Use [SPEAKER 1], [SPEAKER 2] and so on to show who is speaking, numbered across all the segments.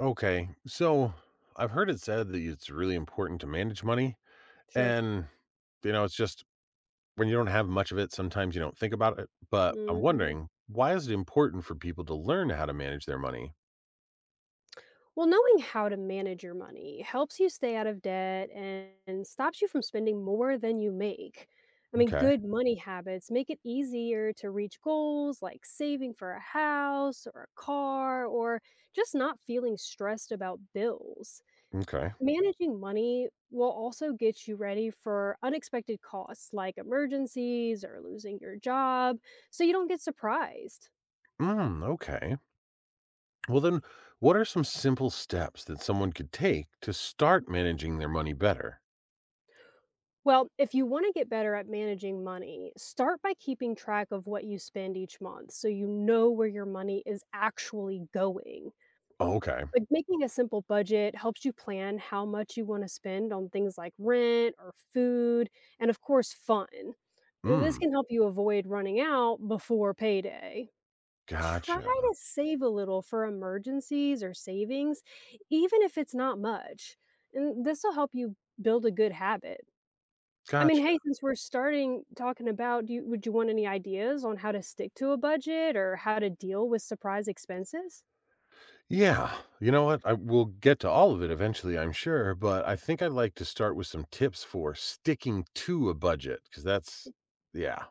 [SPEAKER 1] Okay. So I've heard it said that it's really important to manage money.
[SPEAKER 2] Sure.
[SPEAKER 1] And, it's just when you don't have much of it, sometimes you don't think about it. But I'm
[SPEAKER 2] Mhm.
[SPEAKER 1] wondering, why is it important for people to learn how to manage their money?
[SPEAKER 2] Well, knowing how to manage your money helps you stay out of debt and stops you from spending more than you make. I mean,
[SPEAKER 1] Okay.
[SPEAKER 2] good money habits make it easier to reach goals like saving for a house or a car or just not feeling stressed about bills.
[SPEAKER 1] Okay.
[SPEAKER 2] Managing money will also get you ready for unexpected costs like emergencies or losing your job so you don't get surprised.
[SPEAKER 1] Mm, okay. Well, then, what are some simple steps that someone could take to start managing their money better?
[SPEAKER 2] Well, if you want to get better at managing money, start by keeping track of what you spend each month so you know where your money is actually going.
[SPEAKER 1] Oh, okay.
[SPEAKER 2] Like making a simple budget helps you plan how much you want to spend on things like rent or food, and of course, fun. This
[SPEAKER 1] Mm,
[SPEAKER 2] can help you avoid running out before payday. Try
[SPEAKER 1] gotcha.
[SPEAKER 2] to save a little for emergencies or savings, even if it's not much. And this will help you build a good habit. I mean,
[SPEAKER 1] Gotcha.
[SPEAKER 2] hey, since we're starting talking about do you would you want any ideas on how to stick to a budget or how to deal with surprise expenses?
[SPEAKER 1] Yeah. You know what? I will get to all of it eventually, I'm sure, but I think I'd like to start with some tips for sticking to a budget because that's, yeah.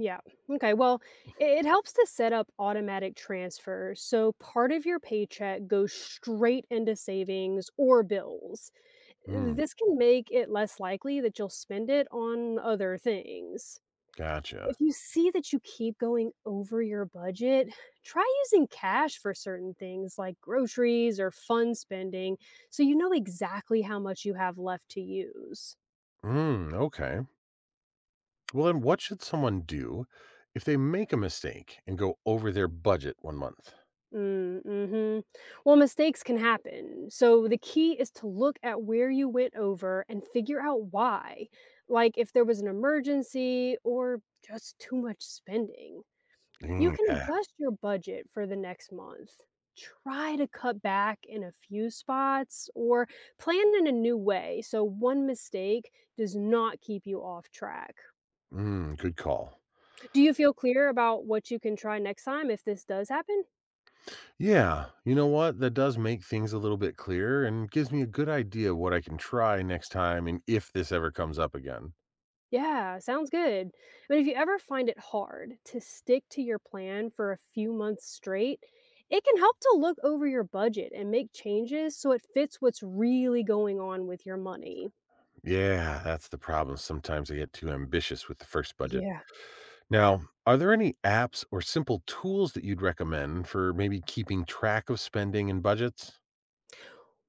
[SPEAKER 2] Yeah. Okay. Well, it helps to set up automatic transfers, so part of your paycheck goes straight into savings or bills.
[SPEAKER 1] Mm,
[SPEAKER 2] This can make it less likely that you'll spend it on other things. If
[SPEAKER 1] gotcha.
[SPEAKER 2] you see that you keep going over your budget, try using cash for certain things like groceries or fun spending so you know exactly how much you have left to use.
[SPEAKER 1] Mm, okay. Well, then what should someone do if they make a mistake and go over their budget one month?
[SPEAKER 2] Mm, mhm. Well, mistakes can happen. So the key is to look at where you went over and figure out why, like if there was an emergency or just too much spending. You
[SPEAKER 1] Mm,
[SPEAKER 2] can
[SPEAKER 1] yeah.
[SPEAKER 2] adjust your budget for the next month. Try to cut back in a few spots or plan in a new way so one mistake does not keep you off track.
[SPEAKER 1] Mm, good call.
[SPEAKER 2] Do you feel clear about what you can try next time if this does happen?
[SPEAKER 1] Yeah. You know what? That does make things a little bit clearer and gives me a good idea of what I can try next time and if this ever comes up again.
[SPEAKER 2] Yeah, sounds good. But if you ever find it hard to stick to your plan for a few months straight, it can help to look over your budget and make changes so it fits what's really going on with your money.
[SPEAKER 1] Yeah, that's the problem. Sometimes I get too ambitious with the first budget.
[SPEAKER 2] Yeah.
[SPEAKER 1] Now, are there any apps or simple tools that you'd recommend for maybe keeping track of spending and budgets?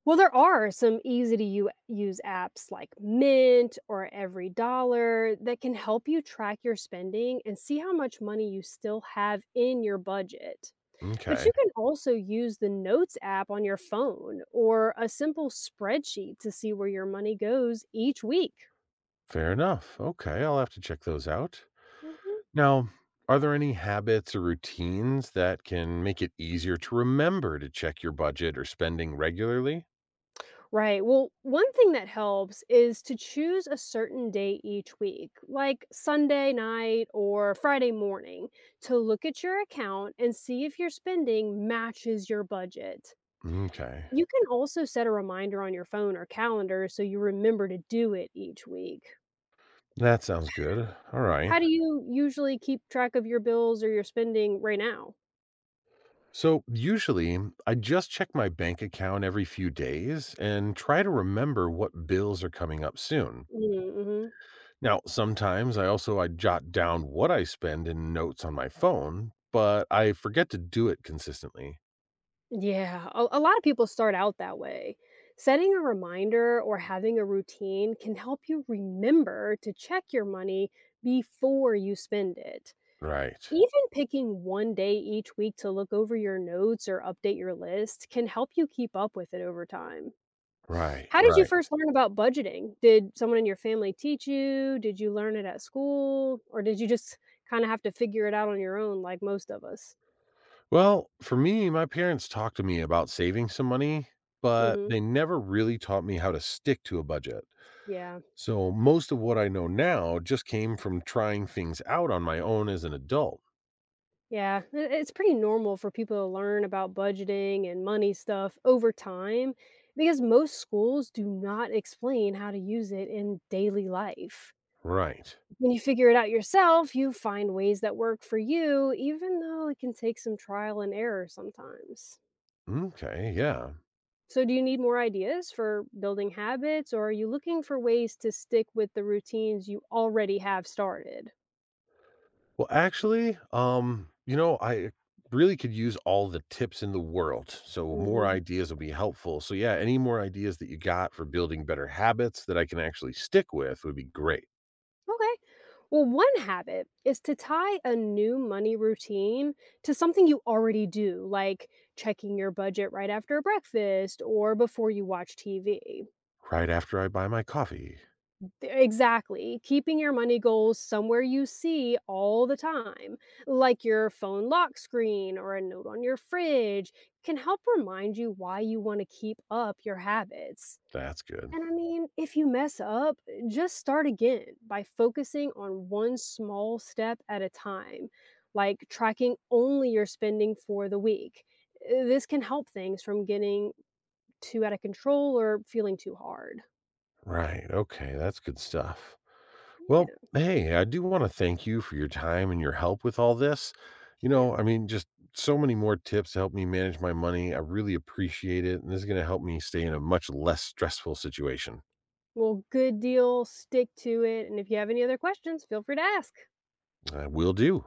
[SPEAKER 2] Well, there are some easy to use apps like Mint or Every Dollar that can help you track your spending and see how much money you still have in your budget. But you
[SPEAKER 1] Okay,
[SPEAKER 2] can also use the Notes app on your phone or a simple spreadsheet to see where your money goes each week.
[SPEAKER 1] fair enough. Okay, I'll have to check those out.
[SPEAKER 2] Mhm.
[SPEAKER 1] Now, are there any habits or routines that can make it easier to remember to check your budget or spending regularly?
[SPEAKER 2] Right. Well, one thing that helps is to choose a certain day each week, like Sunday night or Friday morning, to look at your account and see if your spending matches your budget.
[SPEAKER 1] Okay,
[SPEAKER 2] You can also set a reminder on your phone or calendar so you remember to do it each week.
[SPEAKER 1] that sounds good. All right.
[SPEAKER 2] How do you usually keep track of your bills or your spending right now?
[SPEAKER 1] So, usually, I just check my bank account every few days and try to remember what bills are coming up soon.
[SPEAKER 2] Mm-hmm.
[SPEAKER 1] Now, sometimes I also I jot down what I spend in notes on my phone, but I forget to do it consistently.
[SPEAKER 2] Yeah, a lot of people start out that way. Setting a reminder or having a routine can help you remember to check your money before you spend it.
[SPEAKER 1] Right.
[SPEAKER 2] Even picking one day each week to look over your notes or update your list can help you keep up with it over time.
[SPEAKER 1] Right,
[SPEAKER 2] How did you
[SPEAKER 1] right.
[SPEAKER 2] first learn about budgeting? Did someone in your family teach you? Did you learn it at school? Or did you just kind of have to figure it out on your own like most of us?
[SPEAKER 1] Well, for me, my parents talked to me about saving some money, but
[SPEAKER 2] Hmm.
[SPEAKER 1] they never really taught me how to stick to a budget.
[SPEAKER 2] Yeah.
[SPEAKER 1] So, most of what I know now just came from trying things out on my own as an adult.
[SPEAKER 2] Yeah, it's pretty normal for people to learn about budgeting and money stuff over time because most schools do not explain how to use it in daily life.
[SPEAKER 1] Right.
[SPEAKER 2] When you figure it out yourself, you find ways that work for you, even though it can take some trial and error sometimes.
[SPEAKER 1] Okay, yeah.
[SPEAKER 2] So, do you need more ideas for building habits, or are you looking for ways to stick with the routines you already have started?
[SPEAKER 1] Well, actually, I really could use all the tips in the world. So more
[SPEAKER 2] Mm-hmm.
[SPEAKER 1] ideas will be helpful. So yeah, any more ideas that you got for building better habits that I can actually stick with would be great.
[SPEAKER 2] Okay. Well, one habit is to tie a new money routine to something you already do, like checking your budget right after breakfast or before you watch TV.
[SPEAKER 1] Right after I buy my coffee.
[SPEAKER 2] Exactly. Keeping your money goals somewhere you see all the time, like your phone lock screen or a note on your fridge, can help remind you why you want to keep up your habits.
[SPEAKER 1] That's good.
[SPEAKER 2] And I mean, if you mess up, just start again by focusing on one small step at a time, like tracking only your spending for the week. This can help things from getting too out of control or feeling too hard.
[SPEAKER 1] Right. Okay, that's good stuff.
[SPEAKER 2] Yeah,
[SPEAKER 1] Well, hey, I do want to thank you for your time and your help with all this.
[SPEAKER 2] sure.
[SPEAKER 1] I mean, just so many more tips to help me manage my money. I really appreciate it. And this is going to help me stay in a much less stressful situation.
[SPEAKER 2] Well, good deal. Stick to it. And if you have any other questions, feel free to ask.
[SPEAKER 1] I will do.